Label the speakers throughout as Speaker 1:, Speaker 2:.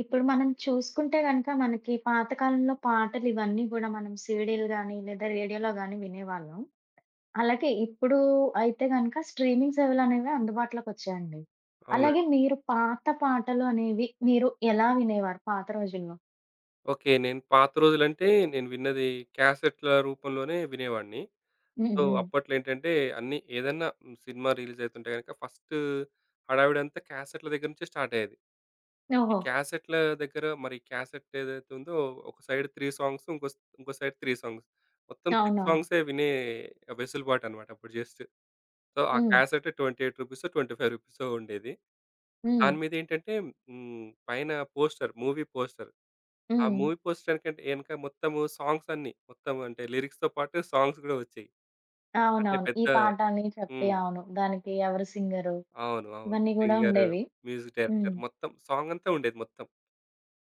Speaker 1: ఇప్పుడు మనం చూసుకుంటే గనక మనకి పాతకాలంలో పాటలు ఇవన్నీ గూడా మనం సీడీలు గాని, లేదా రేడియోలో గాని వినేవాళ్ళం. అలాగే ఇప్పుడు అయితే గనక స్ట్రీమింగ్ సేవలనేవి అందుబాటులోకొచ్చాయండి. అలాగే
Speaker 2: అవునండి.
Speaker 1: మీరు పాత పాటలు అనేవి మీరు ఎలా వినేవారు పాత రోజుల్లో?
Speaker 2: ఓకే. నేను పాత రోజులంటే నేను విన్నది క్యాసెట్‌ల రూపంలోనే వినేవాడిని.
Speaker 1: హ్మ్.
Speaker 2: సో,
Speaker 1: హ్మ్.
Speaker 2: అప్పట్లో ఏంటంటే అన్నీ ఏదన్నా సినిమా రిలీజ్ అయితుంటే గనక ఫస్ట్ హడావిడంతా క్యాసెట్‌ల దగ్గర నుంచే స్టార్ట్ అయ్యేది. ఈ
Speaker 1: ఓహో!
Speaker 2: క్యాసెట్‌ల దగ్గర మరి క్యాసెట్ ఏదైతే ఉందో ఒక సైడ్ 3 సాంగ్స్ ఇంకో సైడ్ 3 సాంగ్స్. మొత్తం 6
Speaker 1: అవునవును.
Speaker 2: సాంగ్సే వినే వెసులుబాటనమాట అప్పుడు జస్ట్. సో, ఆ
Speaker 1: హ్మ్.
Speaker 2: క్యాసెట్ రూ. 28 రూపీసో, రూ. 25 రూపీసో ఉండేది.
Speaker 1: హ్మ్.
Speaker 2: దాని మీదేంటంటే పైన మూవీ పోస్టర్. ఆ
Speaker 1: హ్మ్.
Speaker 2: మూవీ పోస్టర్‌కంటే ఎనక మొత్తము సాంగ్స్ అన్నీ. మొత్తం అంటే లిరిక్స్‌తో పాటు సాంగ్స్ గూడా వచ్చాయి. అంటే
Speaker 1: అవునవును. ఈ
Speaker 2: పెద్ద
Speaker 1: పాట అని చెప్పి
Speaker 2: హ్మ్.
Speaker 1: అవును. దానికి ఎవరు సింగరు
Speaker 2: అవును. అవును.
Speaker 1: ఇవన్నీ గూడా
Speaker 2: సింగరు,
Speaker 1: ఉండేవి.
Speaker 2: మ్యూజిక్
Speaker 1: హ్మ్.
Speaker 2: డైరెక్టర్ మొత్తం సాంగ్ అంతా ఉండేది మొత్తం.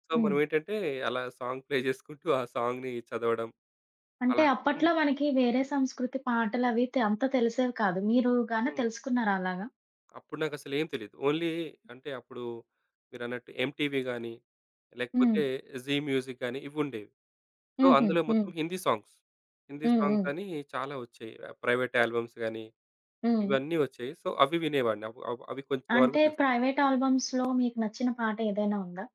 Speaker 2: సో,
Speaker 1: హ్మ్.
Speaker 2: మనమేంటంటే అలా సాంగ్ ప్లే జేసుకుంటూ ఆ సాంగ్‌ని చదవడం
Speaker 1: అంటే
Speaker 2: అలా హ్మ్.
Speaker 1: అప్పట్లో మనకి వేరే సంస్కృతి పాటలవి అంత తెలిసేవి కాదు. మీరు గానే
Speaker 2: హ్మ్.
Speaker 1: తెలుసుకున్నారా అలాగా?
Speaker 2: అప్పుడు నాకసలేం తెలీదు. ఓన్లీ అంటే అప్పుడు మీరన్నట్టు ఎంటీవీ గాని,
Speaker 1: హ్మ్.
Speaker 2: లేకపోతే జీ మ్యూజిక్ గాని ఇవుండేవి. సో,
Speaker 1: హుహు.
Speaker 2: అందులో
Speaker 1: హ్మ్.
Speaker 2: మొత్తం హిందీ సాంగ్స్. హిందీ
Speaker 1: హ్మ్. హ్మ్.
Speaker 2: సాంగ్స్ అని చాలా వచ్చాయి. ప్రైవేట్ ఆల్బమ్స్ గాని
Speaker 1: హ్మ్.
Speaker 2: ఇవన్నీ వచ్చాయి. సో, అవి వినేవాడిని. అవ్ అవ్ అవి కొంచెం వరకు
Speaker 1: అంటే
Speaker 2: తెలుసు.
Speaker 1: ప్రైవేట్ ఆల్బమ్స్‌లో మీకు నచ్చిన పాట ఏదైనా ఉందా?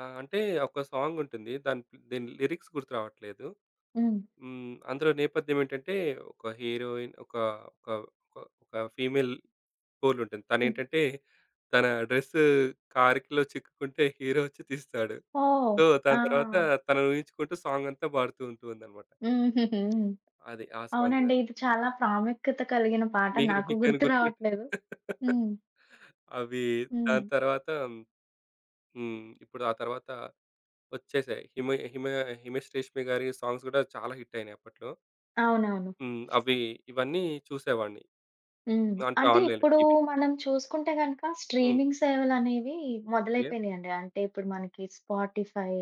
Speaker 2: ఆహ్, అంటే ఒక సాంగ్ ఉంటుంది. దాని పి దీని లిరిక్స్ గుర్తు రావట్లేదు.
Speaker 1: హ్మ్.
Speaker 2: హ్మ్. అందులో నేపథ్యం ఏంటంటే ఒక హీరోయిన్ ఒక ఒక ఒక ఒక ఫీమేల్ గోల్ ఉంటుంది.
Speaker 1: హ్మ్.
Speaker 2: తనేంటంటే తన డ్రెస్ కారుకిలో చిక్కుకుంటే హీరో వచ్చి తీస్తాడు.
Speaker 1: ఓహ్!
Speaker 2: సో, దాని
Speaker 1: ఆ!
Speaker 2: తర్వాత తనను ఊహించుకుంటూ సాంగ్ అంతా పాడుతూ ఉంటుందన్నమాట.
Speaker 1: హుహుహు. హ్మ్.
Speaker 2: అది ఆ సాంగ్.
Speaker 1: అవునండి. ఇది చాలా ప్రాముఖ్యత కలిగిన పాట.
Speaker 2: మీకు
Speaker 1: నాకు
Speaker 2: మీకేమైనా
Speaker 1: గుర్తు
Speaker 2: గుర్తుం
Speaker 1: రావట్లేదు. హ్మ్.
Speaker 2: అవి
Speaker 1: హ్మ్.
Speaker 2: దాని తర్వాత హ్మ్. ఇప్పుడు ఆ తర్వాత వచ్చేసాయి. హిమ హిమ 'హిమేష్ రేష్మి' గారి సాంగ్స్ గూడా చాలా హిట్ అయినాయి అప్పట్లో.
Speaker 1: అవునవును.
Speaker 2: హ్మ్. అవి ఇవన్నీ చూసేవాడిని.
Speaker 1: హ్మ్.
Speaker 2: అంటే
Speaker 1: అంటే
Speaker 2: ఆన్‌లైన్‌లో
Speaker 1: ఇప్పుడు
Speaker 2: టీవీలో.
Speaker 1: మనం చూసుకుంటే గనక
Speaker 2: హ్మ్.
Speaker 1: స్ట్రీమింగ్ సేవలనేవి
Speaker 2: ఓకే.
Speaker 1: మొదలైపోయినాయండి. అంటే ఇప్పుడు మనకి స్పాటిఫై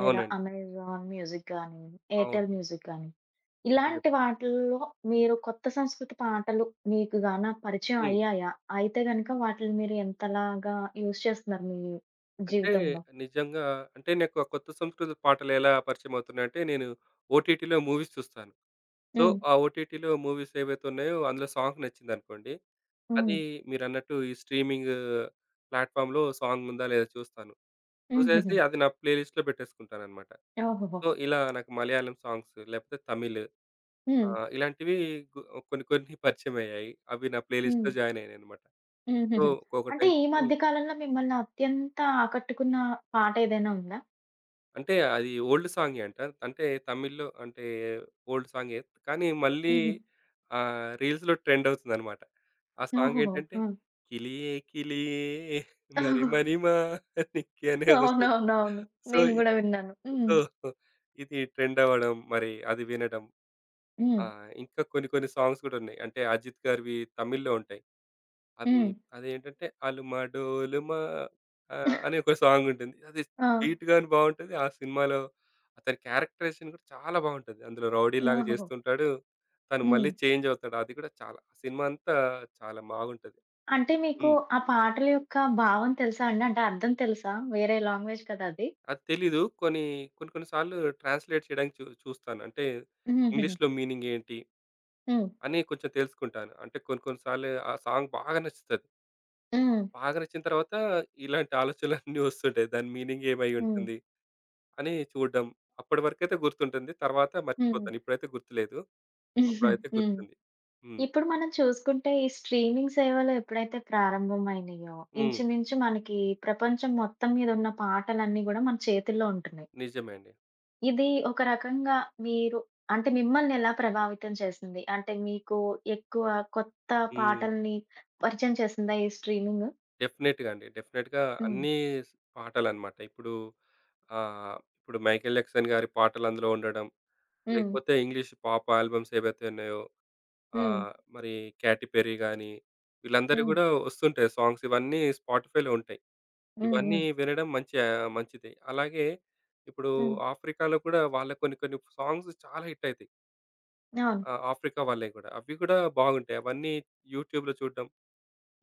Speaker 1: లేదా
Speaker 2: అవునండి.
Speaker 1: అమెజాన్ మ్యూజిక్ గానీ,
Speaker 2: అవును.
Speaker 1: ఎయిర్టెల్ మ్యూజిక్ గానీ, ఇలాంటి
Speaker 2: నిజమే.
Speaker 1: వాటిల్లో మీరు కొత్త సంస్కృతి పాటలు మీకు గాన పరిచయం
Speaker 2: హ్మ్.
Speaker 1: అయ్యాయా? అయితే గనక వాటిని మీరు ఎంతలాగా యూజ్ చేస్తున్నారు మీ
Speaker 2: అంటే
Speaker 1: జీవితంలో?
Speaker 2: నిజంగా అంటే నాకు ఆ కొత్త సంస్కృత పాటలు ఎలా పరిచయం అవుతున్నాయంటే నేను ఓటీటీలో మూవీస్ చూస్తాను. సో,
Speaker 1: హ్మ్.
Speaker 2: ఆ ఓటీటీలో మూవీస్ ఏవైతే ఉన్నాయో అందులో సాంగ్ నచ్చిందనుకోండి. అది
Speaker 1: హ్మ్.
Speaker 2: మీరన్నట్టు ఈ స్ట్రీమింగ్ ప్లాట్‌ఫార్మ్‌లో సాంగ్ ఉందా లేదా చూస్తాను. చూసేసి
Speaker 1: హుహుహు.
Speaker 2: అది నా ప్లేలిస్ట్‌లో పెట్టేసుకుంటానన్నమాట.
Speaker 1: ఓహోహో!
Speaker 2: సో, ఇలా నాకు మలయాళం సాంగ్స్ లేకపోతే తమిళ్
Speaker 1: హ్మ్.
Speaker 2: ఆహ్, ఇలాంటివి గు కొన్ని కొన్ని పరిచయమయ్యాయి. అవి నా
Speaker 1: హ్మ్.
Speaker 2: ప్లేలిస్ట్‌లో జాయిన్ అయ్యాయన్నమాట. సో,
Speaker 1: హుహుహు. అంటే
Speaker 2: ఒకటైతే
Speaker 1: ఈ
Speaker 2: హ్మ్.
Speaker 1: మధ్య కాలంలో మిమ్మల్ని అత్యంత ఆకట్టుకున్న పాట ఏదైనా ఉందా?
Speaker 2: అంటే అది ఓల్డ్ సాంగే అంట. అంటే తమిళ్‌లో అంటే ఓల్డ్ సాంగే. కానీ మళ్ళీ
Speaker 1: హుహు.
Speaker 2: రీల్స్‌లో ట్రెండ్ అవుతుందన్నమాట. ఆ సాంగ్
Speaker 1: ఓహోహో!
Speaker 2: ఏంటంటే
Speaker 1: ఆ!
Speaker 2: కిలియే కిలియే మరి మరిమా నిక్కి అనే వస్తుంది.
Speaker 1: అవునవునవును.
Speaker 2: సో,
Speaker 1: నేను
Speaker 2: ఇ
Speaker 1: గూడా విన్నాను. హ్మ్.
Speaker 2: సో, ఇది ట్రెండ్ అవ్వడం మరి అది వినడం ఆ!
Speaker 1: హ్మ్.
Speaker 2: ఇంకా కొన్ని కొన్ని సాంగ్స్ కూడా ఉన్నాయి. అంటే అజిత్ గారివి తమిళ్‌లో ఉంటాయి. అది
Speaker 1: హ్మ్.
Speaker 2: అదేంటంటే 'అలుమా డోలుమా' అనే ఒక సాంగ్ ఉంటుంది. అది
Speaker 1: ఆ!
Speaker 2: బీట్ గాని బావుంటది. ఆ సినిమాలో అతని క్యారెక్టరైజేషన్ కూడా చాలా బావుంటది. అందులో రౌడీలాగా
Speaker 1: ఓహోహో!
Speaker 2: చేస్తుంటాడు. తను
Speaker 1: హ్మ్.
Speaker 2: మళ్ళీ చేంజ్ అవుతాడు. అది కూడా చాలా ఆ సినిమా అంతా చాలా బాగుంటది.
Speaker 1: అంటే మీకు
Speaker 2: హ్మ్.
Speaker 1: ఆ పాటల యొక్క భావం తెలుసా అండి? అంటే అర్థం తెలుసా? వేరే లాంగ్వేజ్ కదా అది.
Speaker 2: అది తెలీదు. కొన్ని కొన్ని కొన్ని సార్లు ట్రాన్స్‌లేట్ చేయడానికి చూస్తాను. అంటే
Speaker 1: హుహుహు.
Speaker 2: ఇంగ్లీష్‌లో మీనింగ్ ఏంటి
Speaker 1: హ్మ్.
Speaker 2: అని కొంచెం తెలుసుకుంటాను. అంటే కొన్ని కొన్ని సార్లు ఆ సాంగ్ బాగా నచ్చుతది.
Speaker 1: హ్మ్.
Speaker 2: బాగా నచ్చిన తర్వాత ఇలాంటి ఆలోచనలన్నీ వస్తుంటాయి. దాని మీనింగ్ ఏమై
Speaker 1: హ్మ్.
Speaker 2: ఉంటుంది అని చూడడం. అప్పటి వరకైతే గుర్తుంటుంది. తర్వాత
Speaker 1: హ్మ్.
Speaker 2: మర్చిపోతాను. ఇప్పుడైతే గుర్తులేదు. అప్పుడైతే
Speaker 1: హ్మ్.
Speaker 2: గుర్తుంది. హ్మ్.
Speaker 1: ఇప్పుడు మనం చూసుకుంటే ఈ స్ట్రీమింగ్ సేవలు ఎప్పుడైతే ప్రారంభమైనయో,
Speaker 2: హ్మ్.
Speaker 1: ఇంచుమించు మనకి ప్రపంచం మొత్తం మీద ఉన్న పాటలన్నీ గూడా మన చేతుల్లో ఉంటున్నాయి.
Speaker 2: నిజమే అండి.
Speaker 1: ఇది ఒక రకంగా మీరు అంటే మిమ్మల్ని ఎలా ప్రభావితం చేసింది? అంటే మీకు ఎక్కువ కొత్త
Speaker 2: హ్మ్.
Speaker 1: పాటల్ని పరిచయం చేసిందా ఈ స్ట్రీమింగ్?
Speaker 2: డెఫినెట్‌గా అండి. డెఫినెట్‌గా
Speaker 1: హ్మ్.
Speaker 2: అన్నీ స్ పాటలనమాట. ఇప్పుడు ఇప్పుడు 'మైకేల్ జాక్సన్' గారి పాటలు అందులో ఉండడం,
Speaker 1: హ్మ్.
Speaker 2: లేకపోతే ఇంగ్లీష్ పాప్ ఆల్బమ్స్ ఏవైతే ఉన్నాయో
Speaker 1: హ్మ్.
Speaker 2: ఆహ్, మరి 'క్యాటీ పెర్రీ' గాని వీళ్ళందరివి
Speaker 1: హ్మ్.
Speaker 2: గూడా వస్తుంటాయి సాంగ్స్. ఇవన్నీ స్పాటిఫైలో ఉంటాయి.
Speaker 1: హ్మ్. హ్మ్.
Speaker 2: ఇవన్నీ వినడం మంచి మంచిదే. అలాగే ఇప్పుడు
Speaker 1: హ్మ్.
Speaker 2: ఆఫ్రికాలో కూడా వాళ్ళ కొన్ని కొన్ని సాంగ్స్ చాలా హిట్ అయితాయి.
Speaker 1: అవును.
Speaker 2: ఆఫ్రికా వాళ్ళయి గూడా. అవి గూడా బాగుంటాయి. అవన్నీ యూట్యూబ్‌లో చూడడం,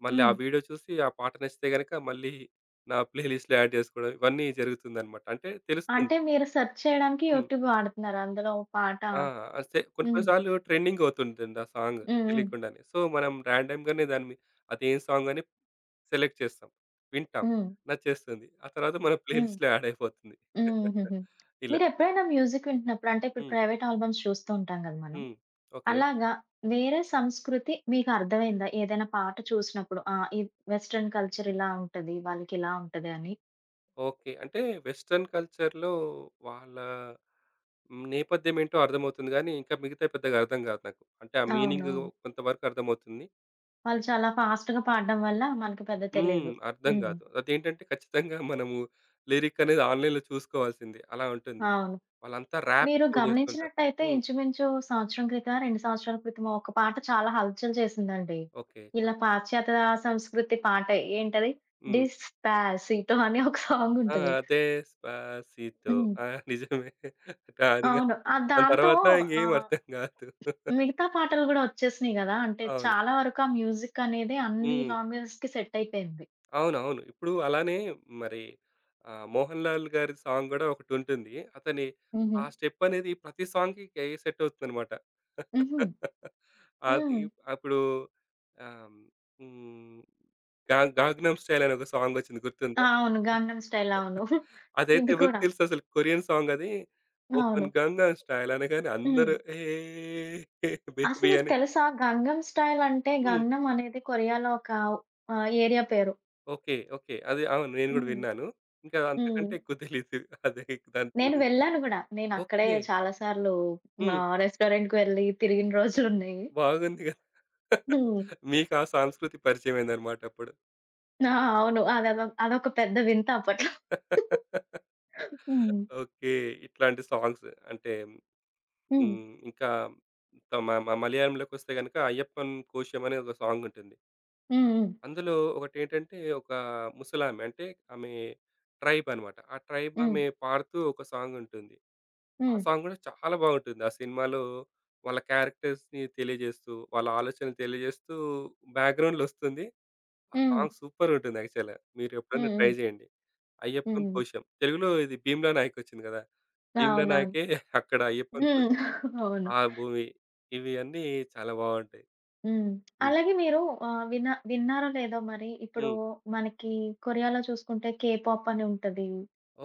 Speaker 2: మళ్ళీ ఆ
Speaker 1: హ్మ్.
Speaker 2: వీడియో చూసి ఆ పాట నచ్చితే గనక మళ్ళీ నా ప్లే లిస్ట్‌లో యాడ్ జేసుకోవడం ఇవన్నీ జరుగుతుందనమాట. అంటే తెలుస్తుంది.
Speaker 1: అంటే మీరు సెర్చ్ చేయడానికి
Speaker 2: హ్మ్.
Speaker 1: యూట్యూబ్ వాడుతున్నారు. అందులో ఓ పాట
Speaker 2: ఆ! అస్తే కొన్ని కొన్ని
Speaker 1: హ్మ్.
Speaker 2: సార్లు ట్రెండింగ్ అవుతుంటుంది ఆ సాంగ్
Speaker 1: హ్మ్. హ్మ్.
Speaker 2: తెలియకుండానే. సో, మనం రాండమ్‌గానే దాన్ని అదేం సాంగ్ అని సెలెక్ట్ చేస్తాం. వింటాం.
Speaker 1: హ్మ్.
Speaker 2: నచ్చేస్తుంది. ఆ తర్వాత మన ప్లే
Speaker 1: హ్మ్.
Speaker 2: లిస్ట్‌లో యాడ్ అయిపోతుంది.
Speaker 1: హుహుహు.
Speaker 2: ఇలా.
Speaker 1: మీరెప్పుడైనా మ్యూజిక్ వింటున్నప్పుడు అంటే ఇప్పుడు
Speaker 2: హ్మ్.
Speaker 1: ప్రైవేట్ ఆల్బమ్స్ చూస్తూ ఉంటాం గదా మనం.
Speaker 2: హ్మ్. ఓకే.
Speaker 1: అలాగా వేరే సంస్కృతి మీకర్థమైందా? ఏదైనా పాట చూసినప్పుడు ఆ! ఈ వెస్టర్న్ కల్చర్ ఇలా ఉంటది. వాళ్ళకిలా ఉంటది అని.
Speaker 2: ఓకే. అంటే వెస్టర్న్ కల్చర్‌లో వాళ్ళ హ్మ్. నేపథ్యం ఏంటో అర్థమవుతుంది గానీ, ఇంకా మిగతావి పెద్దగా అర్థం కాదు నాకు. అంటే ఆ మీనింగ్
Speaker 1: అవును.
Speaker 2: కొంతవరకు అర్థమవుతుంది.
Speaker 1: వాళ్ళు చాలా ఫాస్ట్‌గా పాడడం వల్ల మనకి పెద్ద
Speaker 2: హ్మ్.
Speaker 1: తెలీదు.
Speaker 2: అర్థం
Speaker 1: హ్మ్.
Speaker 2: కాదు. అదేంటంటే ఖచ్చితంగా మనము లిరిక్ అనేది ఆన్‌లైన్‌లో చూసుకోవాల్సిందే. అలా ఉంటుంది.
Speaker 1: అవును.
Speaker 2: వాళ్ళంతా ర్యాప్
Speaker 1: మీరు
Speaker 2: ఎక్కువ చేస్తుంటారు.
Speaker 1: గమనించినట్టయితే
Speaker 2: హ్మ్.
Speaker 1: ఇంచుమించు సంవత్సరం క్రితం, 2 సంవత్సరాల క్రితమో ఒక పాట చాలా హల్చల్ చేసిందండి.
Speaker 2: ఓకే.
Speaker 1: ఇలా పాశ్చాత్య సంస్కృతి పాటే. ఏంటది?
Speaker 2: హ్మ్.
Speaker 1: 'డిస్పాసిటో' అని ఒక
Speaker 2: ఆ!
Speaker 1: సాంగుంటది.
Speaker 2: డెస్పాసితో
Speaker 1: హ్మ్.
Speaker 2: ఆ! నిజమే. కానీ ఇంగ
Speaker 1: అవును. ఆ
Speaker 2: దాని
Speaker 1: దాంతో
Speaker 2: తర్వాత ఇంకేం
Speaker 1: ఆహ్
Speaker 2: అర్థం కాదు.
Speaker 1: మిగతా పాటలు గూడా ఒచ్చేసినియి గదా! అంటే
Speaker 2: అవును.
Speaker 1: చాలా వరకు ఆ మ్యూజిక్ అనేది అన్ని
Speaker 2: హ్మ్.
Speaker 1: లాంగ్వేజెస్‌కి సెట్ అయిపోయింది.
Speaker 2: అవునవును. ఇప్పుడు అలానే మరి 'మోహన్ లాల్' గారి సాంగ్ గూడా ఒకటుంటుంది. అతని
Speaker 1: హుహు.
Speaker 2: ఆ స్టెప్ అనేది ప్రతి సాంగ్‌కి కే సెట్ అవుతుందనమాట.
Speaker 1: హుహు.
Speaker 2: అది
Speaker 1: హ్మ్.
Speaker 2: అప్పుడు ఆహ్, హ్మ్. గా 'గాగ్నం స్టైల్' అని ఒక సాంగ్ వచ్చింది గుర్తుందా?
Speaker 1: అవును. 'గంగం స్టైల్' అవును.
Speaker 2: అదైతే
Speaker 1: ఇది
Speaker 2: ఎవరికీ
Speaker 1: కూడా.
Speaker 2: తెలుసు అసలు కొరియన్ సాంగ్ అది. ఓపెన్
Speaker 1: అవును.
Speaker 2: గంగ స్టైల్ అనగానే
Speaker 1: హ్మ్.
Speaker 2: అందరూ ఏ
Speaker 1: అసలు
Speaker 2: బేబీ
Speaker 1: మీకు
Speaker 2: అని
Speaker 1: తెలుసా 'గంగం స్టైల్' అంటే
Speaker 2: హ్మ్.
Speaker 1: 'గంగం' అనేది కొరియాలో ఒక ఏరియా పేరు.
Speaker 2: ఓకే. ఓకే. అది అవును. నేను గూడా
Speaker 1: హ్మ్.
Speaker 2: విన్నాను. ఇంకా
Speaker 1: హ్మ్.
Speaker 2: అంతకంటే ఎక్కువ తెలీదు. అదే దాని
Speaker 1: నేను
Speaker 2: గురించి.
Speaker 1: వెళ్ళాను గూడా. నేను అక్కడే
Speaker 2: ఓకే.
Speaker 1: చాలా సార్లు మా
Speaker 2: హ్మ్.
Speaker 1: రెస్టారెంట్‌కి వెళ్ళి తిరిగిన రోజులున్నాయి.
Speaker 2: బాగుంది గదా!
Speaker 1: హ్మ్.
Speaker 2: మీకు ఆ సంస్కృతి పరిచయమైందన్నమాట అప్పుడు.
Speaker 1: ఆ! అవును. అదదో అదొక పెద్ద వింత అప్పట్లో. హ్మ్.
Speaker 2: ఓకే. ఇట్లాంటి సాంగ్స్ అంటే
Speaker 1: హ్మ్.
Speaker 2: హ్మ్. ఇంకా త మ మ మలయాళంలోకొస్తే గనుక 'అయ్యప్పన్ కోశం' అనే ఒక సాంగ్ ఉంటుంది.
Speaker 1: హ్మ్.
Speaker 2: అందులో ఒకటేంటంటే ఒక ముసలామె అంటే ఆమె ట్రైబ్ అన్నమాట. ఆ ట్రైబ్
Speaker 1: హ్మ్.
Speaker 2: ఆమె పాడుతూ ఒక సాంగ్ ఉంటుంది. ఆ
Speaker 1: హ్మ్.
Speaker 2: సాంగ్ గూడా చాలా బాగుంటుంది. ఆ సినిమాలో వాళ్ళ క్యారెక్టర్స్‌ని తెలియజేస్తూ, వాళ్ళ ఆలోచనలు తెలియజేస్తూ బ్యాక్‌గ్రౌండ్‌లో వస్తుంది. ఆ
Speaker 1: హ్మ్. హ్మ్.
Speaker 2: సాంగ్ సూపరుంటుంది యాక్చువల్‌గా.
Speaker 1: హ్మ్.
Speaker 2: మీరెప్పుడైనా ట్రై
Speaker 1: హ్మ్.
Speaker 2: జేయండి. 'అయ్యప్పన్
Speaker 1: హ్మ్.
Speaker 2: కోశం.' తెలుగులో ఇది 'భీమ్లా నాయక్' వచ్చింది గదా! 'భీమ్లా
Speaker 1: అవునవును.
Speaker 2: నాయకే' అక్కడ 'అయ్యప్పన్
Speaker 1: హ్మ్.
Speaker 2: కోశం.'
Speaker 1: అవును.
Speaker 2: ఆ మూవీ ఇవి అన్నీ చాలా బావుంటాయి.
Speaker 1: హ్మ్.
Speaker 2: హ్మ్.
Speaker 1: అలాగే మీరు విన్నారో లేదో మరి ఇప్పుడు
Speaker 2: హ్మ్.
Speaker 1: మనకి కొరియాలో చూసుకుంటే కే పాప్ అని ఉంటది.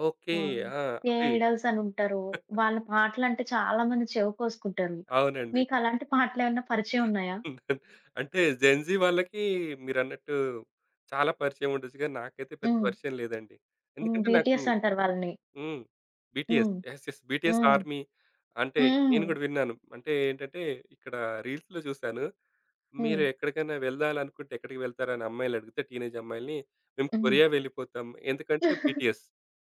Speaker 2: ఓకే.
Speaker 1: ఆహ్,
Speaker 2: ఆ!
Speaker 1: కే
Speaker 2: అవి
Speaker 1: ఐడల్స్ అని ఉంటారు. వాళ్ళ పాటలంటే చాలా మంది చెవి కోసుకుంటారు.
Speaker 2: అవునండి.
Speaker 1: మీకు అలాంటి పాటలేమన్నా పరిచయం ఉన్నాయా?
Speaker 2: అంటే జెన్‌జీ వాళ్ళకి మీరన్నట్టు చాలా పరిచయం ఉండొచ్చు గానీ, నాకైతే పెద్ద
Speaker 1: హ్మ్.
Speaker 2: పరిచయం లేదండి.
Speaker 1: హ్మ్.
Speaker 2: ఎందుకంటే నాకు
Speaker 1: బీటీఎస్ అంటారు వాళ్ళని.
Speaker 2: హ్మ్. బీటీఎస్.
Speaker 1: హ్మ్.
Speaker 2: యెస్. యెస్. బీటీఎస్
Speaker 1: హ్మ్.
Speaker 2: ఆర్మీ అంటే
Speaker 1: హ్మ్.
Speaker 2: నేను గూడా విన్నాను. అంటే ఏంటంటే ఇక్కడ రీల్స్‌లో చూసాను.
Speaker 1: హ్మ్.
Speaker 2: మీరు ఎక్కడికైనా వెళ్ళాలనుకుంటే ఎక్కడికి వెళ్తారని అమ్మాయిలని అడిగితే టీనేజ్ అమ్మాయిలని, మేము
Speaker 1: హ్మ్.
Speaker 2: కొరియా వెళ్ళిపోతాం. ఎందుకంటే బీటీఎస్.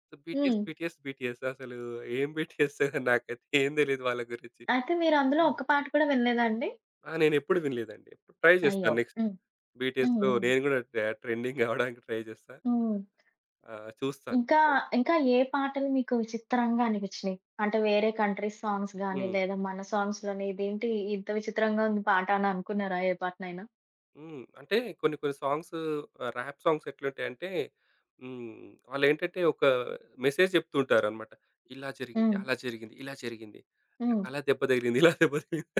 Speaker 2: సో, బీటీఎస్,
Speaker 1: హ్మ్.
Speaker 2: బీటీఎస్, బీటీఎస్ అసలు ఏం బీటీఎస్ నాకైతే ఏం తెలీదు వాళ్ళ గురించి.
Speaker 1: అయితే మీరు అందులో ఒక్క పాట కూడా వినలేదా అండి?
Speaker 2: ఆ! నేనెప్పుడు వినలేదండి. ఎప్పుడు ట్రై
Speaker 1: అయ్యో!
Speaker 2: చేస్తాను నెక్స్ట్.
Speaker 1: హ్మ్. హ్మ్.
Speaker 2: బీటీఎస్‌లో
Speaker 1: హ్మ్.
Speaker 2: నేను గూడా ట్రెండింగ్ అవ్వడానికి ట్రై చేస్తా.
Speaker 1: హ్మ్.
Speaker 2: చూస్తాను.
Speaker 1: ఇంకా, ఇంకా ఏ పాటలు మీకు విచిత్రంగా అనిపించినియి? అంటే వేరే కంట్రీ సాంగ్స్ గాని,
Speaker 2: హ్మ్.
Speaker 1: లేదా మన సాంగ్స్‌లోనే ఇదేంటి ఇంత విచిత్రంగా ఉంది పాట అని అనుకున్నారా ఏ పాటనైనా?
Speaker 2: హ్మ్. అంటే కొన్ని కొన్ని సాంగ్స్ ర్యాప్ సాంగ్స్ ఎట్లుంటాయంటే హ్మ్. వాళ్ళేంటంటే ఒక మెసేజ్ చెప్తుంటారనమాట. ఇలా జరిగింది,
Speaker 1: హ్మ్.
Speaker 2: అలా జరిగింది, ఇలా జరిగింది.
Speaker 1: హ్మ్.
Speaker 2: నాకలా దెబ్బ తగిలింది, ఇలా దెబ్బ తగిలింది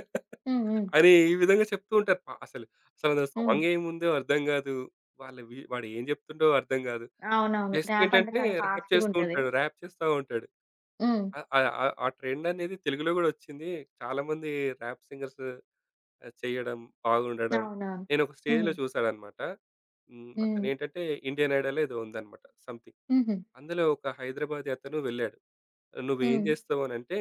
Speaker 1: హ్మ్. హ్మ్.
Speaker 2: అని ఈ విధంగా చెప్తూ ఉంటారు. ప అసలు అసలందులో
Speaker 1: హ్మ్.
Speaker 2: సాంగ్ ఏముందో అర్థం కాదు. వాళ్ళ వి వాడు ఏం చెప్తుండో అర్థం కాదు.
Speaker 1: అవునవును.
Speaker 2: జస్ట్
Speaker 1: ర్యాప్ అంటే
Speaker 2: ఏంటంటే
Speaker 1: చాలా
Speaker 2: ర్యాప్
Speaker 1: ఫాస్ట్‌గా
Speaker 2: చేస్తూ
Speaker 1: ఉంటది.
Speaker 2: ఉంటాడు. ర్యాప్ చేస్తా ఉంటాడు.
Speaker 1: హ్మ్.
Speaker 2: ఆ! ఆ! ఆ! ఆ ట్రెండ్ అనేది తెలుగులో గూడా వచ్చింది. చాలామంది ర్యాప్ సింగర్స్ చేయడం, బాగుండడం.
Speaker 1: అవునవును.
Speaker 2: నేనొక స్టేజ్‌లో
Speaker 1: హ్మ్.
Speaker 2: చూసానన్నమాట. హ్మ్.
Speaker 1: హ్మ్.
Speaker 2: అతనేంటంటే 'ఇండియన్ ఐడల్' ఏదో ఉందన్నమాట సంథింగ్.
Speaker 1: హుహు.
Speaker 2: అందులో ఒక హైదరాబాదీ అతను వెళ్ళాడు. "నువ్వేం
Speaker 1: హ్మ్.
Speaker 2: జేస్తావు" అనంటే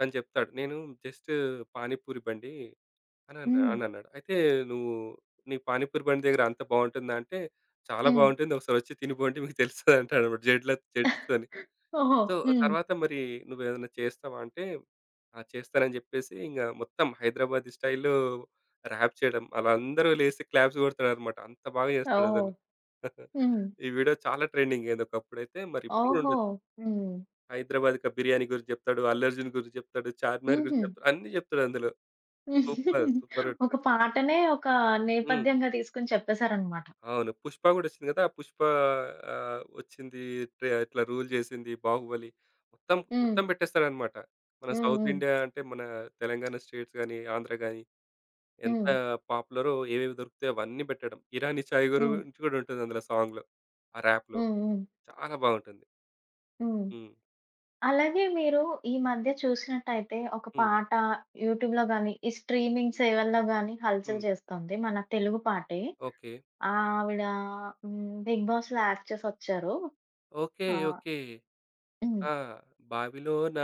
Speaker 2: తను చెప్తాడు. "నేను జస్ట్ పానీపూరి బండి" అనన్నా
Speaker 1: హ్మ్.
Speaker 2: అనన్నాడు. "అయితే నువ్వు నీ పానీపూరి బండి దగ్గర అంత బావుంటుందా?" అంటే "చాలా
Speaker 1: హ్మ్.
Speaker 2: బావుంటుంది. ఒకసారి వచ్చి తినిపోండి మీకు తెలుస్తది" అంటాడన్నమాట. జడ్జ్‌తోని.
Speaker 1: ఓహో!
Speaker 2: సో,
Speaker 1: హ్మ్.
Speaker 2: తర్వాత మరి నువ్వేదైనా చేస్తావా అంటే, ఆ! చేస్తానని జెప్పేసి ఇంగ మొత్తం హైదరాబాదీ స్టైల్‌లో ర్యాప్ చేయడం. అలా అందరూ లేసి క్లాప్స్ గొడతారనమాట. అంత బాగా
Speaker 1: ఓహ్!
Speaker 2: జేస్తాడతను.
Speaker 1: హ్మ్.
Speaker 2: ఈ వీడియో చాలా ట్రెండింగ్ అయింది ఒకప్పుడైతే. మరి ఇప్పుడు గూడా
Speaker 1: ఓహో!
Speaker 2: ఉండొచ్చు.
Speaker 1: హ్మ్.
Speaker 2: హైదరాబాద్ క బిర్యానీ గురించి జెప్తాడు. అల్లు అర్జున్ గురించి జెప్తాడు. చార్మినార్
Speaker 1: హుహు.
Speaker 2: గురించి జెప్తాడు. అన్నీ జెప్తాడు అందులో. సూపర్! సూపర్
Speaker 1: ఒక
Speaker 2: ఉంటుంది.
Speaker 1: పాటనే ఒక
Speaker 2: హ్మ్.
Speaker 1: నేపథ్యంగా తీసుకొని చెప్పేసారనమాట.
Speaker 2: అవును. 'పుష్ప' గూడా ఒచ్చింది గదా! 'పుష్ప' ఒచ్చింది. ట్రే ఇట్లా రూల్ జేసింది. 'బాహుబలి' మొత్తం,
Speaker 1: హ్మ్.
Speaker 2: మొత్తం బెట్టేస్తాడనమాట. మన
Speaker 1: హ్మ్.
Speaker 2: సౌత్
Speaker 1: హ్మ్.
Speaker 2: ఇండియా అంటే మన తెలంగాణ స్టేట్స్ గాని, ఆంధ్ర గాని ఎంత
Speaker 1: హ్మ్.
Speaker 2: పాపులరో ఏవేవి దొరుకుతాయో అవన్నీ బెట్టడం. 'ఇరానీ చాయ్'
Speaker 1: హ్మ్.
Speaker 2: గురించి గూడా ఉంటుంది అందులో సాంగ్‌లో. ఆ ర్యాప్‌లో.
Speaker 1: హ్మ్. హ్మ్.
Speaker 2: చాలా బావుంటుంది.
Speaker 1: హ్మ్.
Speaker 2: హ్మ్.
Speaker 1: అలాగే మీరు ఈ మధ్య చూసినట్టయితే ఒక
Speaker 2: హ్మ్.
Speaker 1: పాట యూట్యూబ్‌లో గాని, ఈ స్ట్రీమింగ్ సేవల్లో గాని హల్చల్
Speaker 2: హ్మ్.
Speaker 1: చేస్తుంది. మన తెలుగు పాటే.
Speaker 2: ఓకే.
Speaker 1: ఆవిడ హ్మ్. 'బిగ్ బాస్‌లో' యాక్ట్ చేసొచ్చారు.
Speaker 2: ఓకే.
Speaker 1: Ah,
Speaker 2: okay.
Speaker 1: హ్మ్.
Speaker 2: ఆ! బావిలోన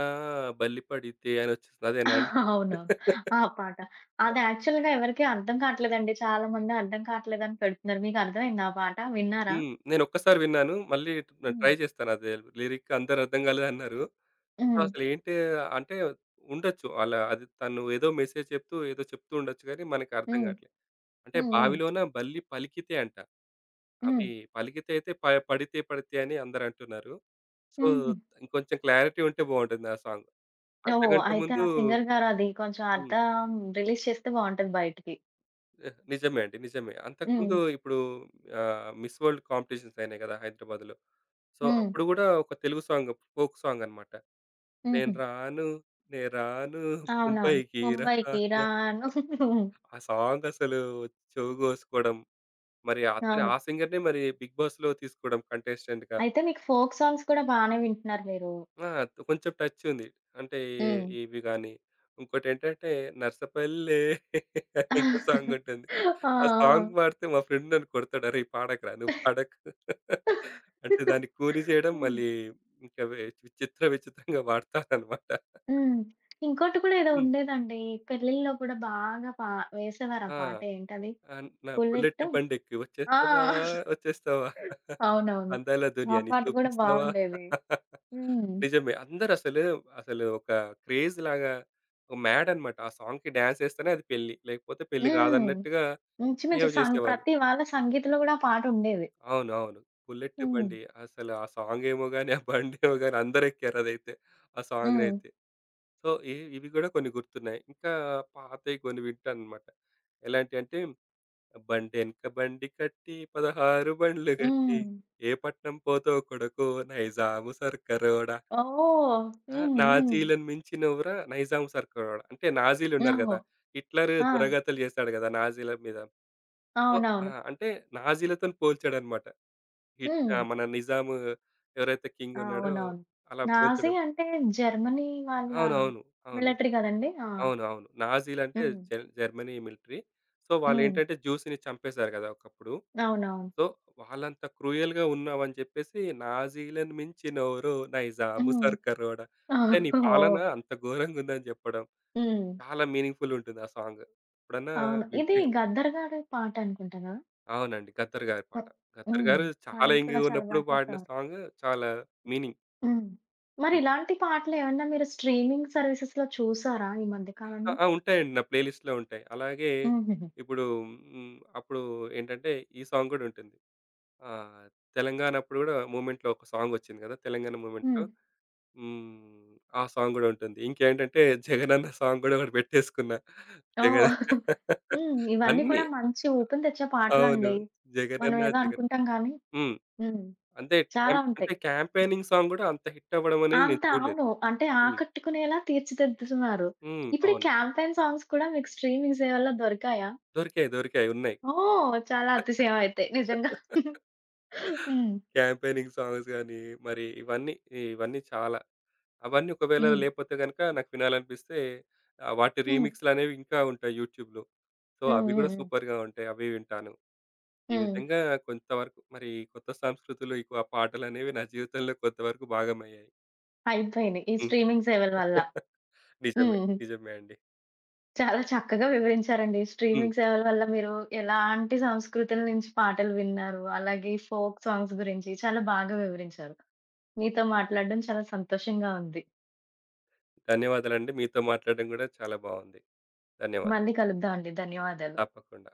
Speaker 2: బల్లి పడితే అనొచ్చేస్తుంది అదేనా అండి?
Speaker 1: అవునవును. ఆ పాట. అది యాక్చువల్‌గా ఎవరికీ అర్థం కావట్లేదండి. చాలా మంది అర్థం కావట్లేదని పెడుతున్నారు. మీకు అర్థమైందా ఆ పాట? విన్నారా?
Speaker 2: హ్మ్. నేనొక్కసారి విన్నాను. మళ్ళీ ట్
Speaker 1: హ్మ్.
Speaker 2: ట్రై చేస్తాను అదే లిరిక్ అందరూ అర్థం కాలేదన్నారు. సో,
Speaker 1: హ్మ్.
Speaker 2: అసలేంటి అంటే ఉండొచ్చు. అలా అది తను ఏదో మెసేజ్ చెప్తూ, ఏదో చెప్తూ ఉండొచ్చు గానీ మనకర్థం
Speaker 1: హ్మ్.
Speaker 2: కావట్లే. అంటే
Speaker 1: హ్మ్. హ్మ్.
Speaker 2: బావిలోన బల్లి పలికితే అంట.
Speaker 1: హ్మ్.
Speaker 2: అవి పలికితే అయితే ప పడితే పడితే అని అందరంటున్నారు. సో,
Speaker 1: హుహు.
Speaker 2: ఇంకొంచెం క్లారిటీ ఉంటే బావుంటుంది ఆ సాంగ్.
Speaker 1: ఓహ్!
Speaker 2: అంతకంటే
Speaker 1: అయితే
Speaker 2: ముందు
Speaker 1: ఆ సింగర్ గారది కొంచెం
Speaker 2: హ్మ్.
Speaker 1: అర్థం రిలీజ్ చేస్తే బావుంటది బయటికి.
Speaker 2: నిజమే అండి. నిజమే.
Speaker 1: హ్మ్.
Speaker 2: అంతకుముందు ఇప్పుడు మిస్ వరల్డ్ కాంపిటీషన్స్ అయినాయి కదా! హైదరాబాద్‌లో. సో,
Speaker 1: హ్మ్.
Speaker 2: అప్పుడు గూడా ఒక తెలుగు సాంగ్ ఫోక్ సాంగ్ అన్నమాట. నేను
Speaker 1: హుహు.
Speaker 2: రాను నే రాను
Speaker 1: అవునవును.
Speaker 2: ముంబైకి
Speaker 1: 'ముంబైకి
Speaker 2: రాను.
Speaker 1: రాను' హ్మ్.
Speaker 2: ఆ సాంగ్ అసలు చెవి కోసుకోవడం. మరి అతను
Speaker 1: అవును.
Speaker 2: ఆ సింగర్‌నే మరి బిగ్ బాస్‌లో తీసుకోవడం కంటెస్టెంట్‌గా.
Speaker 1: అయితే మీకు ఫోక్ సాంగ్స్ కూడా బానే వింటున్నారు మీరు.
Speaker 2: ఆ! కొంచెం టచ్ ఉంది. అంటే
Speaker 1: హ్మ్.
Speaker 2: ఇవి గాని, ఇంకోటేంటంటే 'నర్సపల్లె' అని
Speaker 1: ఆ!
Speaker 2: ఇంకో సాంగ్ ఉంటుంది.
Speaker 1: ఆ!
Speaker 2: ఆ సాంగ్ పాడితే మా ఫ్రెండ్ నన్ను కొడతాడు. "అరేయ్! పాడకురా నువ్వు పాడకు" అంటే దాన్ని కూని చేయడం
Speaker 1: హ్మ్.
Speaker 2: మళ్ళీ ఇంకా వె విచిత్ర విచిత్రంగా వాడతానన్నమాట.
Speaker 1: హ్మ్. ఇంకోటి కూడా ఏదో
Speaker 2: హ్మ్.
Speaker 1: ఉండేదండి. పెళ్ళిల్లో కూడా బాగా వేసేవారు ఆ
Speaker 2: ఆ!
Speaker 1: పాట ఏంటది?
Speaker 2: నా బుల్లెట్
Speaker 1: 'బుల్లెట్'
Speaker 2: బండెక్కి
Speaker 1: ఆ!
Speaker 2: వచ్చేస్తావా వచ్చేస్తావా
Speaker 1: అవునవును.
Speaker 2: అందాల
Speaker 1: ఆ
Speaker 2: దునియాని
Speaker 1: పాట గూడా
Speaker 2: చూపిస్తావా.
Speaker 1: బావుండేది. హ్మ్.
Speaker 2: నిజమే. అందరసలు, అసలు అసలు ఒక క్రేజ్ లాగా ఒక మ్యాడ్ అన్నమాట. ఆ సాంగ్‌కి డాన్స్ ఏస్తేనే అది పెళ్లి. లేకపోతే పెళ్లి
Speaker 1: హ్మ్.
Speaker 2: కాదన్నట్టుగా
Speaker 1: ఇంచుమించు
Speaker 2: బిహేవ్ చేసేవాళ్ళు.
Speaker 1: ప్రతి వాళ్ళ సంగీత్‌లో గూడా ఆ పాటుండేది.
Speaker 2: అవునవును. 'బుల్లెట్'
Speaker 1: హ్మ్.
Speaker 2: బండి. అసలు ఆ సాంగేమో గాని, ఆ బండేమో గాని అందరెక్కారు అదైతే. ఆ
Speaker 1: హ్మ్.
Speaker 2: సాంగ్‌నైతే. సో, ఇ ఇవి కూడా కొన్ని గుర్తున్నాయి. ఇంకా పాతయి కొన్ని వింటానన్నమాట. ఎలాంటియంటే, బండెనక బండి కట్టి 16 బండ్లు గట్టి,
Speaker 1: హ్మ్.
Speaker 2: ఏ పట్నం పోతో కొడకో నైజాము సర్కరోడ.
Speaker 1: ఓహ్!
Speaker 2: ఆ!
Speaker 1: హ్మ్. హ్మ్.
Speaker 2: నాజీ‌లను మించినెవరా 'నైజాం సర్కార్' అంటే నాజీ‌లున్నారు
Speaker 1: ఓహో!
Speaker 2: గదా! హిట్లర్
Speaker 1: ఆ!
Speaker 2: దురగతులు చేశాడు గదా! నాజీ‌ల మీద. సో, ఆ!
Speaker 1: అవునవును.
Speaker 2: అంటే నాజీ‌లతోని పోల్చాడన్నమాట. హిట్
Speaker 1: హ్మ్.
Speaker 2: ఆ! మన నిజాము ఎవరైతే కింగ్
Speaker 1: ఆ!
Speaker 2: ఉన్నాడో
Speaker 1: అవునవును.
Speaker 2: అలా
Speaker 1: నాజీ
Speaker 2: పోల్చడం.
Speaker 1: అంటే జర్మనీ వాళ్ళ
Speaker 2: అవునవును. అవును.
Speaker 1: మిలిటరీ గదండీ! ఆ!
Speaker 2: అవును. అవును. నాజీ‌లంటే
Speaker 1: హ్మ్.
Speaker 2: Germany military. సో,
Speaker 1: హ్మ్.
Speaker 2: వాళ్ళేంటంటే జ్యూస్‌ని చంపేశారు గదా! ఒకప్పుడు.
Speaker 1: అవునవును.
Speaker 2: సో, వాళ్ళంత క్రూయల్‌గా ఉన్నావని చెప్పేసి నాజీ‌లను మించినెవరో నైజాము
Speaker 1: హ్మ్.
Speaker 2: సర్కారోడ. అంటే నీ పాలన
Speaker 1: ఓహ్!
Speaker 2: అంత ఘోరంగుందని జెప్పడం.
Speaker 1: హ్మ్.
Speaker 2: చాలా మీనింగ్‌ఫుల్‌గుంటుంది ఆ సాంగ్. ఎప్పుడన్నా
Speaker 1: అవును. ఇది
Speaker 2: వింటే
Speaker 1: 'గద్దర్' గారి పాటనుకుంటా గదా!
Speaker 2: అవునండి. 'గద్దర్' గారి పాట.
Speaker 1: హ్మ్.
Speaker 2: 'గద్దర్'
Speaker 1: హ్మ్.
Speaker 2: గారు చాలా
Speaker 1: ఆయన కూడా
Speaker 2: యంగ్‌గా
Speaker 1: చాలా
Speaker 2: ఉన్నప్పుడు
Speaker 1: బాగా
Speaker 2: పాడిన
Speaker 1: చేసేవారు.
Speaker 2: సాంగ్ చాలా మీనింగ్.
Speaker 1: హ్మ్. మరి
Speaker 2: హ్మ్.
Speaker 1: ఇలాంటి పాటలేమన్నా మీరు స్ట్రీమింగ్ సర్వీసెస్‌లో చూసారా ఈ మధ్య
Speaker 2: ఆ!
Speaker 1: కాలంలో?
Speaker 2: ఆ! ఉంటాయండి. నా ప్లే లిస్ట్‌లో ఉంటాయి. అలాగే
Speaker 1: హుహుహు.
Speaker 2: ఇప్పుడు హ్మ్, అప్పుడు ఏంటంటే ఈ సాంగ్ గూడా ఉంటుంది. ఆహ్, తెలంగాణ అప్పుడు గూడా మూవ్‌మెంట్‌లో ఒక సాంగ్ వచ్చింది గదా! తెలంగాణ మూవ్‌మెంట్‌లో.
Speaker 1: హ్మ్.
Speaker 2: ఆ సాంగ్ గూడా ఉంటుంది. ఇంకేంటంటే 'జగనన్న' సాంగ్ గూడా ఒకటి పెట్టేసుకున్నా.
Speaker 1: ఓహ్! హ్మ్.
Speaker 2: జగన్
Speaker 1: ఇవన్నీ
Speaker 2: అన్నీ
Speaker 1: కూడా మంచి ఊపుని తెచ్చే
Speaker 2: అవును.
Speaker 1: పాటలండి. మనం
Speaker 2: 'జగనన్న
Speaker 1: ఏదో
Speaker 2: జగన్'
Speaker 1: అనుకుంటాం గానీ,
Speaker 2: హ్మ్.
Speaker 1: హ్మ్.
Speaker 2: అంతే క్యాం
Speaker 1: చాలా ఉంటాయి.
Speaker 2: అంటే క్యాంపెయినింగ్ సాంగ్ గూడా అంత హిట్ అవ్వడం అనేది నేను
Speaker 1: అంత
Speaker 2: చూడలేదు.
Speaker 1: అవును. అంటే
Speaker 2: హ్మ్.
Speaker 1: ఆకట్టుకునేలా తీర్చిదిద్దుతున్నారు.
Speaker 2: హ్మ్.
Speaker 1: ఇప్పుడు ఈ
Speaker 2: అవును.
Speaker 1: క్యాంపెయిన్ సాంగ్స్ కూడా మీకు స్ట్రీమింగ్ సేవల్లో దొరికాయా?
Speaker 2: దొరికాయి. దొరికాయి. ఉన్నాయి.
Speaker 1: ఓహ్! చాలా అతిశయం అయితే నిజంగా. హ్మ్.
Speaker 2: క్యాంపెయినింగ్ సాంగ్స్ గాని, మరి ఇవన్నీ ఇవన్నీ చాలా. అవన్నీ ఒకవేళ
Speaker 1: హ్మ్.
Speaker 2: లేపోతే గనక నాకు వినాలనిపిస్తే వాటి
Speaker 1: హ్మ్.
Speaker 2: రీమిక్స్‌లనేవి ఇంకా ఉంటాయి యూట్యూబ్‌లో. సో,
Speaker 1: హ్మ్.
Speaker 2: అవి
Speaker 1: హ్మ్.
Speaker 2: గూడా
Speaker 1: హ్మ్.
Speaker 2: సూపర్‌గా ఉంటాయి. అవి వింటాను. ఈ
Speaker 1: హ్మ్.
Speaker 2: విధంగా కొంతవరకు మరి ఈ కొత్త సంస్కృతిలో ఎక్కువ ఆ పాటలనేవి నా జీవితంలో కొంతవరకు భాగమయ్యాయి.
Speaker 1: అయిపోయినియి. ఈ
Speaker 2: హ్మ్.
Speaker 1: స్ట్రీమింగ్ సేవల వల్ల.
Speaker 2: నిజమే.
Speaker 1: హ్మ్.
Speaker 2: నిజమే అండి.
Speaker 1: చాలా చక్కగా వివరించారండి.
Speaker 2: హ్మ్.
Speaker 1: స్ట్రీమింగ్ సేవల వల్ల మీరు ఎలాంటి సంస్కృతుల నుంచి పాటలు విన్నారు, అలాగే ఫోక్ సాంగ్స్ గురించి చాలా బాగా వివరించారు. మీతో మాట్లాడడం చాలా సంతోషంగా ఉంది.
Speaker 2: ధన్యవాదాలండి. మీతో మాట్లాడడం గూడా చాలా బావుంది. ధన్యవాదాలు.
Speaker 1: మళ్ళీ కలుద్దామండి. ధన్యవాదాలు.
Speaker 2: తప్పకుండా.